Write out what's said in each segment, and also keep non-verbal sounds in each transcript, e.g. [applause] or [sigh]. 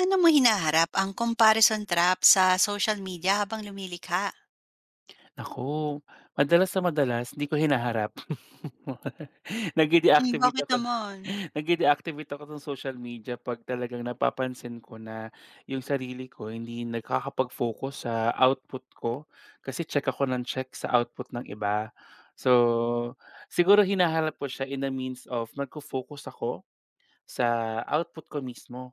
Ano mo hinaharap ang comparison trap sa social media habang lumilikha? Naku, madalas na madalas hindi ko hinaharap. [laughs] Hmm, Nagde-deactivate bakit ako na naman? [laughs] nagde-deactivate ako ng social media 'pag talagang napapansin ko na yung sarili ko hindi nakakapag-focus sa output ko, kasi check ako ng check sa output ng iba. So, siguro hinaharap ko siya in the means of nagfo-focus ako sa output ko mismo,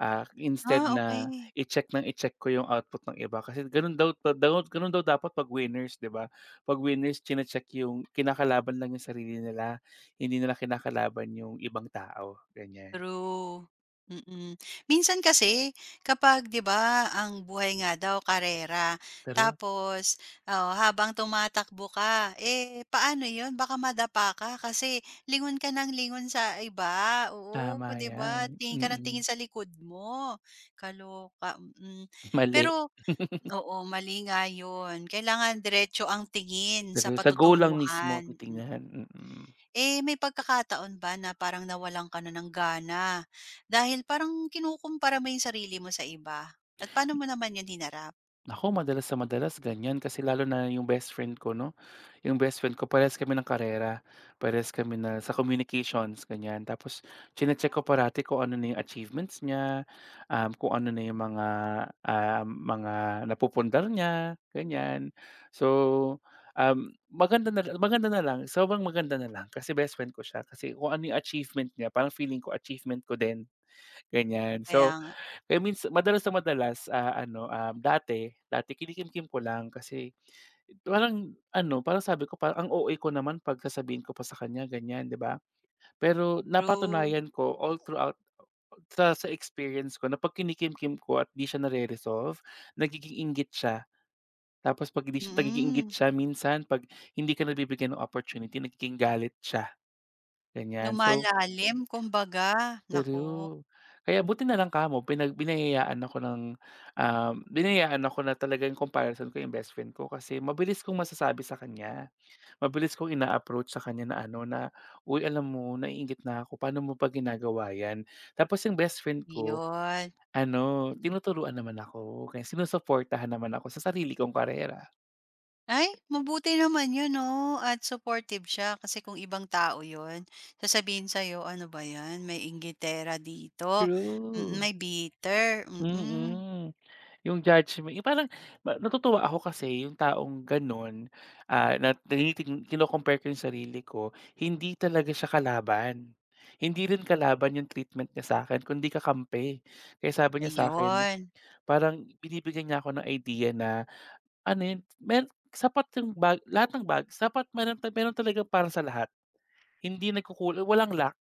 instead Ah, na okay. i-check ng i-check ko yung output ng iba kasi ganun daw daw ganun daw dapat 'pag winners, 'di ba? 'Pag winners chine-check yung kinakalaban lang yung sarili nila, hindi nila kinakalaban yung ibang tao, ganyan. True, mm. Minsan kasi kapag 'di ba, ang buhay nga daw karera Pero tapos, oo, habang tumatakbo ka, eh, paano 'yun baka madapa ka kasi lingon ka ng lingon sa iba, oo, tama 'di ba? yan, Tingin ka ng tingin mm. sa likod mo, kaloka, mm. Mali, Pero oo, mali nga yun. Kailangan diretso ang tingin pero sa sa goal lang mismo patutunguhan, mm. titingnan, mm. Eh, may pagkakataon ba na parang nawalan ka na ng gana dahil parang kinukumpara mo yung sarili mo sa iba? At paano mo naman yun hinarap? Naku, madalas sa madalas ganyan kasi lalo na yung best friend ko 'no, yung best friend ko parehas kami ng karera, parehas kami na sa communications ganyan. Tapos chine-check ko parati kung ano na yung achievements niya, kung ano na yung mga napupundar niya, ganyan. So, maganda na lang, sobrang maganda na lang kasi best friend ko siya, kasi kung ano yung achievement niya parang feeling ko achievement ko din, ganyan. Kaya So nga. kaya minsa madalas na madalas, ano, dati dati kinikimkim ko lang kasi parang ano, parang sabi ko parang ang OA ko naman 'pag sasabihin ko pa sa kanya ganyan, 'di ba? Pero True, napatunayan ko all throughout sa experience ko na 'pag kinikimkim ko at 'di siya nare-resolve, nagiging inggit siya. Tapos 'pag hindi siya nagiging inggit mm. siya minsan 'pag hindi ka nabibigyan ng opportunity nagiging galit siya, ganyan. So Lumalalim kumbaga, naku, true. Kaya buti na lang kamo pinag biniyayaan ako ng, um, biniyayaan ako na talagang comparison ko yung best friend ko kasi mabilis kong masasabi sa kanya. Mabilis kong ina-approach sa kanya na ano na, "Uy, alam mo naiinggit na ako, paano mo ba ginagawa 'yan?" Tapos yung best friend ko yun. ano, Mm. tinuturuan naman ako, kaya sinusuportahan naman ako sa sarili kong karera. Ay, mabuti naman yun 'no, at supportive siya kasi kung ibang tao yun, sasabihin sa'yo, "Ano ba 'yan, may inggitera dito, mm, True, may bitter." Mm, mm. Yung parang natutuwa ako kasi yung taong gano'n, na kino-compare ko yung sarili ko, hindi talaga siya kalaban. Hindi rin kalaban yung treatment niya sa akin kundi kakampi. Kaya sabi niya sa akin ayun, parang binibigyan niya ako ng idea na ano yun, sapat yung bag lahat ng bag sapat meron talagang para sa lahat. Hindi nagkukul Walang lack,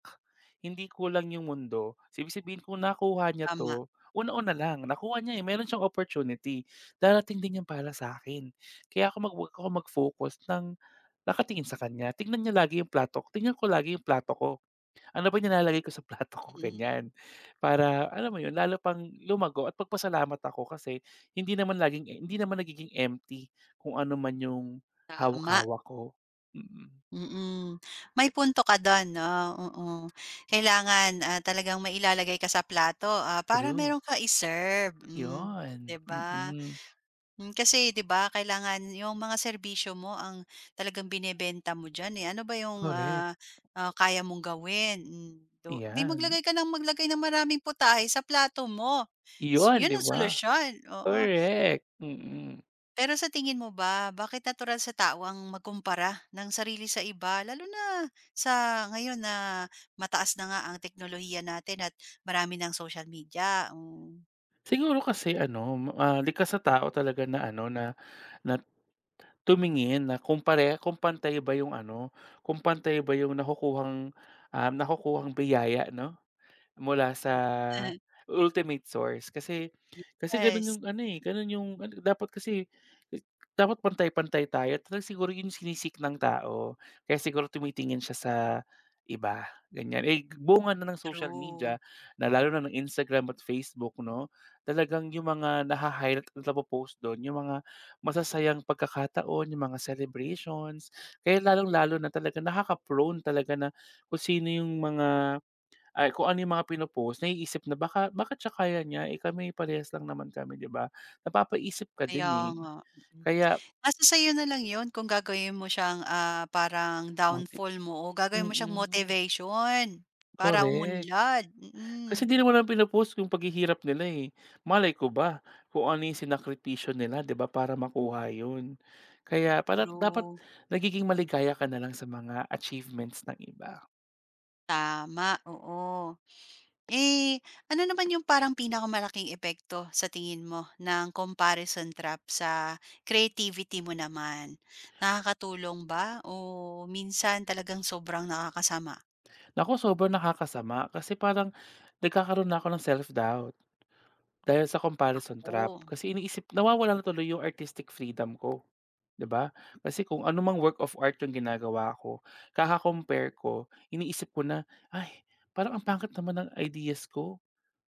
hindi kulang yung mundo. So, ibig sabihin kung nakuha niya tama, 'to, una-una lang nakuha niya, eh, meron siyang opportunity, darating din yan para sa akin. Kaya ako 'wag ako mag-focus ng nakatingin sa kanya, tingnan niya lagi yung plato ko, tignan ko lagi yung plato ko. Ano ba yung nilalagay ko sa plato ko, [laughs] mm, ganyan. Para alam mo yun, lalo pang lumago at pagpasalamat ako kasi hindi naman laging eh, hindi naman nagiging empty kung ano man yung tama, hawak-hawak ko. Mm, mm. May punto ka dun 'no, oo. Kailangan, ah, talagang mailalagay ka sa plato, ah, para true. meron ka i-serve, hmm, 'di Yun, ba? mm. Hmm, kasi 'di ba kailangan yung mga serbisyo mo ang talagang binebenta mo diyan, eh. Ano ba yung, Correct, ah, kaya mong gawin, hmm, 'di 'yan. maglagay ka ng maglagay ng maraming putahe sa plato mo. So, Yun, yun 'di ang ba? solusyon, oo. Correct, mm. Pero sa tingin mo ba, bakit natural sa tao ang magkumpara ng sarili sa iba lalo na sa ngayon na mataas na nga ang teknolohiya natin at marami ng social media, hmm. Siguro kasi ano, likas sa tao talaga na ano, na na tumingin na kung pantay ba yung ano, kung pantay ba yung nakukuhang, nakukuhang biyaya, 'no? Mula sa [laughs] ultimate source kasi kasi gano'n Yes, yung ano, eh, gano'n yung ano dapat kasi eh, dapat pantay-pantay tayo talagang siguro yun yung sinisik ng tao kaya siguro tumitingin siya sa iba, ganyan. Eh, bunga na ng social true. media na lalo na ng Instagram at Facebook 'no, talagang yung mga naha-highlight at napo-post dun yung mga masasayang pagkakataon, yung mga celebrations, kaya lalong-lalo na talaga nakaka-prone talaga na kung sino yung mga kung ano yung mga pino-post naiisip na bakit siya kaya niya, eh, kami parehas lang naman kami, 'di ba? Napapaisip ka din, Kaya eh. nga, mm. Kaya Nasa sa'yo na lang 'yun kung gagawin mo siyang, ah, parang moti downfall mo o gagawin mo siyang mm, motivation para correct. umunlad, Kasi mm. hindi naman namin pino-post yung paghihirap nila, eh. Malay ko ba kung ano yung sinakripisyo nila, 'di ba, para makuha yun. Kaya para dapat True, nagiging maligaya ka na lang sa mga achievements ng iba. tama, oo. Eh, ano naman yung parang pinakamalaking epekto sa tingin mo ng comparison trap sa creativity mo naman? Nakakatulong ba o minsan talagang sobrang nakakasama? Nako, sobrang nakakasama kasi parang nagkakaroon na ako ng self-doubt. Dahil sa comparison trap, Oh, kasi iniisip nawawala na tuloy yung artistic freedom ko, 'di ba? Kasi kung anumang work of art yung ginagawa ko, kaka-compare ko, iniisip ko na, "Ay, parang ang pangkat naman ng ideas ko.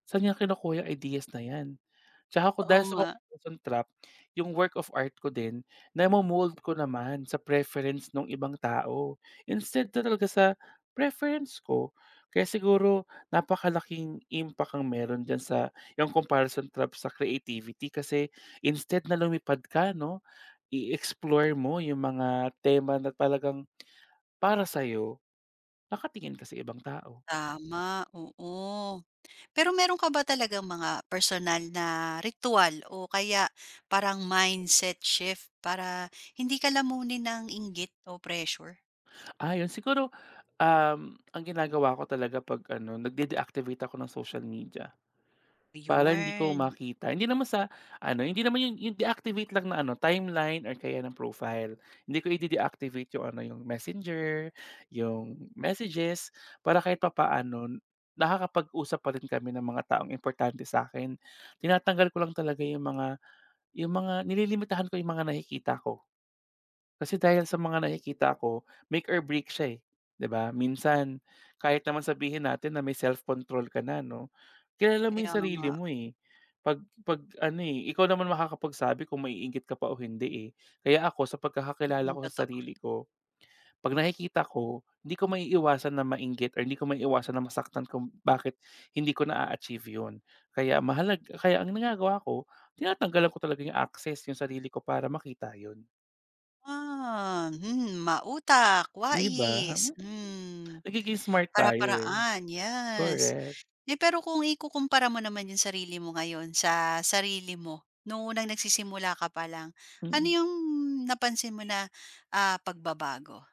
Saan niya kinukuha yung ideas na 'yan?" Tsaka ako oo dahil sa nga. comparison trap, yung work of art ko din namo-mold ko naman sa preference ng ibang tao, instead na talaga sa preference ko. Kaya siguro napakalaking impact ang meron diyan sa yung comparison trap sa creativity kasi instead na lumipad ka 'no, i-explore mo yung mga tema na talagang para sa'yo, nakatingin ka sa ibang tao. Tama, oo. Pero meron ka ba talagang mga personal na ritual, o kaya parang mindset shift para hindi ka lamunin ng inggit o pressure? Siguro ang ginagawa ko talaga 'pag ano, nagde-deactivate ako ng social media para hindi ko Yun, makita. Hindi naman sa ano, hindi naman yung deactivate lang na ano, timeline or kaya ng profile. Hindi ko ide-deactivate yung ano, yung Messenger, yung messages, para kahit papaano nakakapag-usap pa rin kami ng mga taong importante sa akin. Tinatanggal ko lang talaga yung mga nililimitahan ko yung mga nakikita ko. Kasi dahil sa mga nakikita ko, make or break siya, eh, 'di ba? Minsan, kahit naman sabihin natin na may self-control ka na 'no, kilala mo kaya yung nga, sarili mo, eh. 'Pag ano, eh, ikaw naman makakapagsabi kung maiinggit ka pa o hindi, eh. Kaya ako sa pagkakakilala mm, ko sa totoo. sarili ko, 'pag nakikita ko, hindi ko maiiwasan na mainggit or hindi ko maiiwasan na masaktan kung bakit hindi ko na achieve yun. Kaya ang ginagawa ko, tinatanggalan ko talaga yung access yung sarili ko para makita yun, Ah, hmm, mautak, 'di ba? wais, hmm. Nagiging smart tayo, eh, Para-paraan, yes. correct, Eh, pero kung ikukumpara mo naman yung sarili mo ngayon sa sarili mo nung unang nagsisimula ka pa lang, ano mm. yung napansin mo na, ah, pagbabago?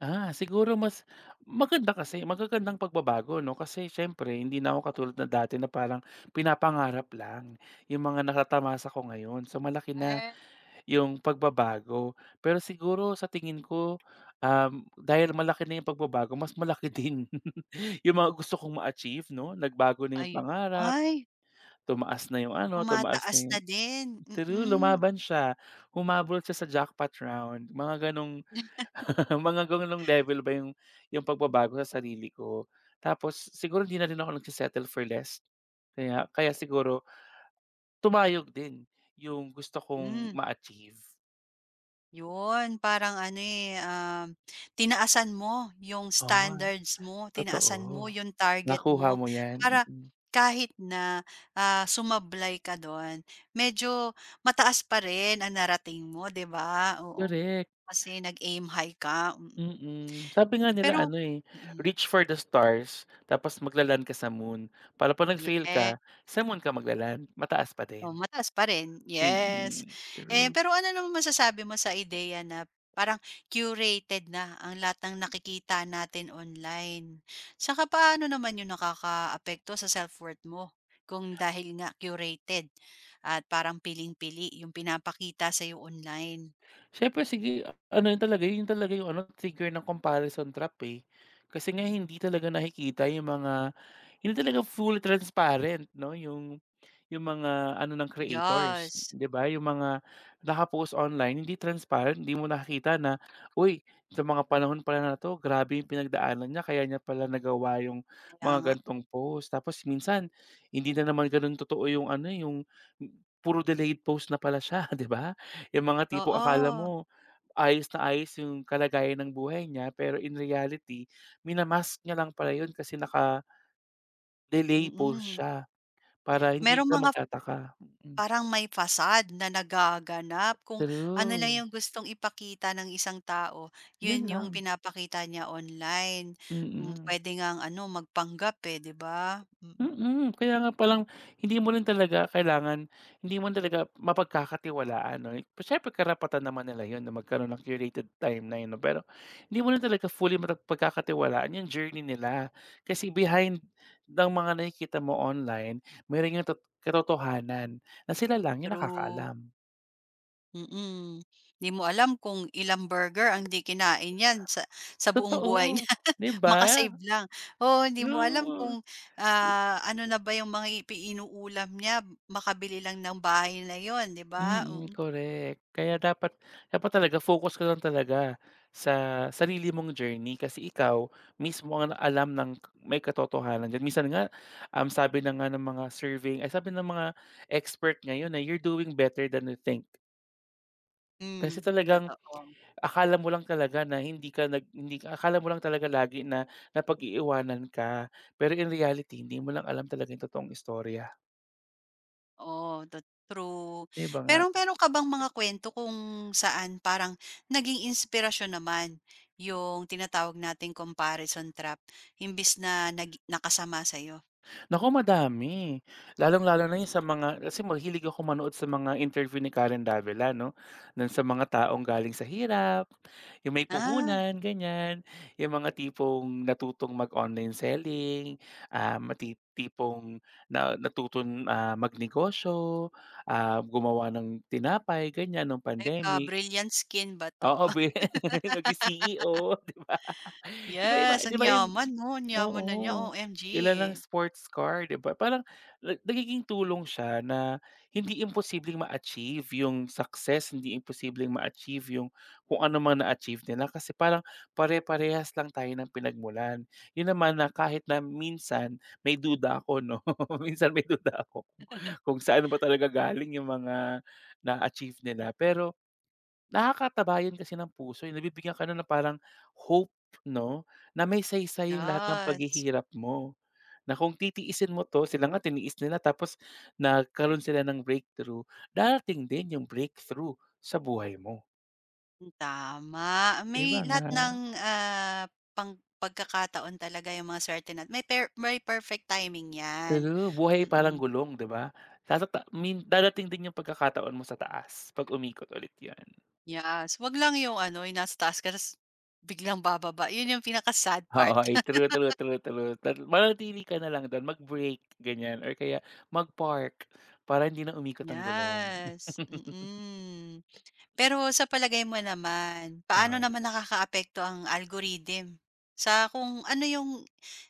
Siguro mas maganda kasi magagandang pagbabago 'no, kasi siyempre hindi na ako katulad ng dati na parang pinapangarap lang yung mga natatamasa ko ngayon. So, malaki na Ay. yung pagbabago. Pero siguro sa tingin ko, um, dahil malaki na yung pagbabago mas malaki din [laughs] yung mga gusto kong ma-achieve 'no, nagbago na yung Ay pangarap, ay, tumaas na yung ano, tumaas tumataas na na yung din, Mm-mm. true, Mm. lumaban siya, humabol siya sa jackpot round, mga gano'ng [laughs] mga ganung level ba yung pagbabago sa sarili ko. Tapos siguro hindi na rin ako nagse-settle for less. Kaya kaya siguro tumayog din yung gusto kong Hmm. ma-achieve. Yun, parang ano, eh, tinaasan mo yung Oo, standards mo, totoo. tinaasan mo yung target Nakuha mo mo 'yan, para mm. kahit na, ah, sumablay ka dun, medyo mataas pa rin ang narating mo, 'di ba? Oo, Korek, kasi nag-aim high ka, mm. Mm. mm. Sabi nga nila Pero ano, eh, mm, "Reach for the stars tapos magla ka sa moon." Para 'pag nag-fail yes. ka, sa moon ka mataas pa Oh, din. mataas pa rin, yes. Mm, Eh, true. pero ano naman masasabi mo sa ideya na parang curated na ang lahat ng nakikita natin online? Saka paano naman yun nakakaapekto sa self-worth mo kung dahil nga curated at parang piling-pili yung pinapakita sa'yo online? Siyempre sige, ano yun talaga yung ano, trigger ng comparison trap, eh. Kasi nga hindi talaga nakikita yung mga hindi talaga fully transparent 'no, yung mga ano ng creators, Yes, 'di ba? Yung mga naka-post online hindi transparent, hindi mo nakikita na, "Uy, sa mga panahon pala na 'to grabe yung pinagdaanan niya kaya niya pala nagawa yung kaya nga. mga gantong post." Tapos minsan hindi na naman gano'n totoo yung ano, eh, yung puro delayed post na pala siya, [laughs] 'di ba? Yung mga tipong akala Oo, mo ayos na ayos yung kalagayan ng buhay niya, pero in reality minamask niya lang pala yun kasi naka-delay post mm. siya para hindi Merong ka mga magtataka. Mm, Parang may fasad na nagaganap kung ano lang true, yung gustong ipakita ng isang tao, yun yun yung lang, pinapakita niya online. Hmm, mm. puwede ngang ano magpanggap, eh, 'di ba? Mm. Mm, kaya nga palang hindi mo rin talaga kailangan hindi mo talaga mapagkakatiwalaan 'no, siyempre karapatan naman nila yun na magkaroon ng curated timeline 'no, pero hindi mo rin talaga fully mapagkakatiwalaan yung journey nila. Kasi behind ng mga nakikita mo online, meron yung katotohanan na sila lang yung True, nakakaalam. mm. 'Di mo alam kung ilang burger ang 'di kinain niyan sa buong buhay Totoo, niya, [laughs] 'di ba? maka lang. Oo, hindi mo alam kung, True. ah, ano na ba yung mga ipi niya, makabili lang ng bahay na yon 'di ba? Mm, Mm, correct. Kaya dapat dapat talaga focus ka lang talaga sa sarili mong journey kasi ikaw mismo ang alam may katotohanan diyan. Minsan nga, sabi na nga ng mga surveying ay sabi ng mga expert ngayon na you're doing better than you think. Kasi mm. talagang Totoo. akala mo lang talaga na hindi ka nag hindi ka akala mo lang talaga lagi na napag-iiwanan ka. Pero in reality, hindi mo lang alam talaga 'yung totoong istorya. Oo, true. 'Di ba nga? Pero meron ka bang mga kuwento kung saan parang naging inspirasyon naman yung tinatawag nating comparison trap imbis na nakasama sa'yo? Naku, madami. Lalong-lalo na 'yun sa mga kasi mahilig ako manood sa mga interview ni Karen Davila 'no, dun sa mga taong galing sa hirap, yung may Ah, puhunan ganiyan, yung mga tipong natutong mag-online selling, tipong na natutong, magnegosyo, gumawa ng tinapay ganiyan nung teka pandemic. Brilliant Skin ba 'to? Oo, [laughs] [laughs] naging CEO, 'di ba? [laughs] 'Di ba iba Yes, 'di ang ba yung yaman 'no, ang yaman na niya, oo, OMG. ilan ang sports car, 'di ba? Parang nagiging tulong siya na hindi imposibleng ma-achieve yung success, hindi imposibleng ma-achieve yung kung ano man na-achieve nila kasi parang pare-parehas lang tayo ng pinagmulan. Yun naman na kahit na minsan may duda ako 'no, [laughs] minsan may duda ako kung saan ba talaga galing yung mga na-achieve nila pero nakakataba yun kasi ng puso, eh, nabibigyan ka na ng parang hope 'no, na may saysay yung lahat ng Yes, paghihirap mo, na kung titiisin mo 'to, sila nga tiniis nila tapos nagkaroon sila ng breakthrough, darating din yung breakthrough sa buhay mo, tama. 'di May nga? lahat ng, ah, pang pagkakataon talaga yung mga swerte may perfect timing 'yan, True, buhay mm. parang gulong 'di ba? Tatata I darating din yung pagkakataon mo sa taas 'pag umikot ulit 'yan. Yes, 'wag lang yung ano, yung nasa taas ka ta's biglang bababa, yun yung pinaka-sad part. Oo, ay [laughs] true, true, true, true. Manatili ka na lang do'n, mag-brake ganyan or kaya mag-park para hindi na umikot ang gulong. Yes, [laughs] mm. Pero sa palagay mo naman, paano Oo. naman nakakaapekto ang algorithm sa kung ano yung,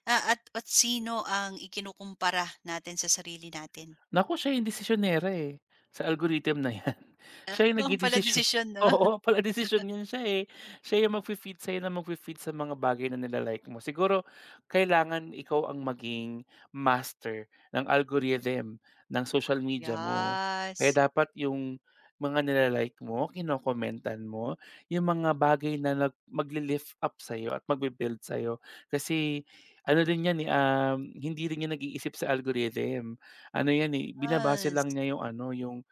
ah, at sino ang ikinukumpara natin sa sarili natin? Naku, siya yung desisyonera, eh, sa algorithm na 'yan. [laughs] Siya [laughs] yung Oo pala nagdedesisyon. desisyon [laughs] 'no? Oo, pala-desisyon 'yan siya, eh. Siya yung magfi-feed sa'yo ng magfi-feed sa mga bagay na nilalike mo. Siguro kailangan ikaw ang maging master ng algorithm ng social media mo. Kaya Yes, dapat yung mga nilalike mo, kinokomentan mo, yung mga bagay na magle-lift up sa'yo at magbi-build sa'yo. Kasi ano din 'yan, eh, hindi rin 'yan nag-iisip sa algorithm. Ano 'yan, eh, binabase lang yes. niya yung ano,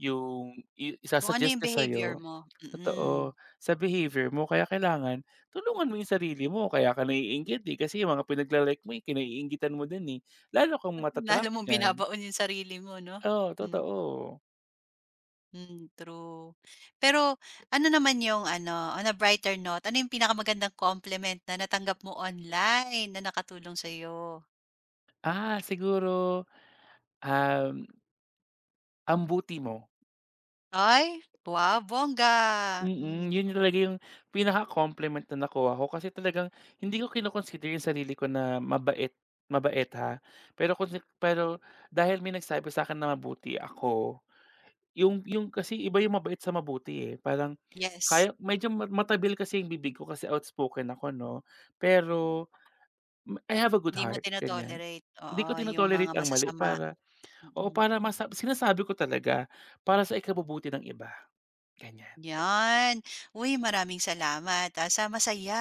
yung i Kung ano isa-suggest yung niya sa'yo behavior mo, mm. totoo, sa behavior mo. Kaya kailangan tulungan mo yung sarili mo. Kaya ka naiinggit, eh, kasi yung mga pinagla-like mo, eh, kinaiinggitan mo din, eh. Lalo kang [laughs] Lalo mata-trap mong diyan. binabaon yung sarili mo 'no? Oo, Hmm. totoo. Hmm, true. Pero ano naman yung ano, on a brighter note, ano yung pinakamagandang compliment na natanggap mo online na nakatulong sa'yo? Siguro, um, ang buti mo. Ay, wow, bongga. Mm, yun Hmm, yung talaga yung pinaka-compliment na nakuha ko kasi talagang hindi ko kino-consider yung sarili ko na mabait, mabait ha. Pero dahil may nagsabi sa'kin na mabuti ako, yung kasi iba yung mabait sa mabuti, eh. Parang yes. kaya medyo matabil kasi yung bibig ko kasi outspoken ako 'no, pero I have a good Hindi mo heart, ganyan. tino-tolerate, Hindi oo, ko yung mga ang mali masasama. para o Mm, para sinasabi ko talaga para sa ikabubuti ng iba, ganyan. 'yan. Uy, maraming salamat, ah, sa masaya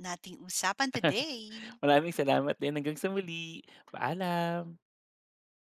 nating usapan today. Maraming salamat din. Hanggang sa muli. Paalam.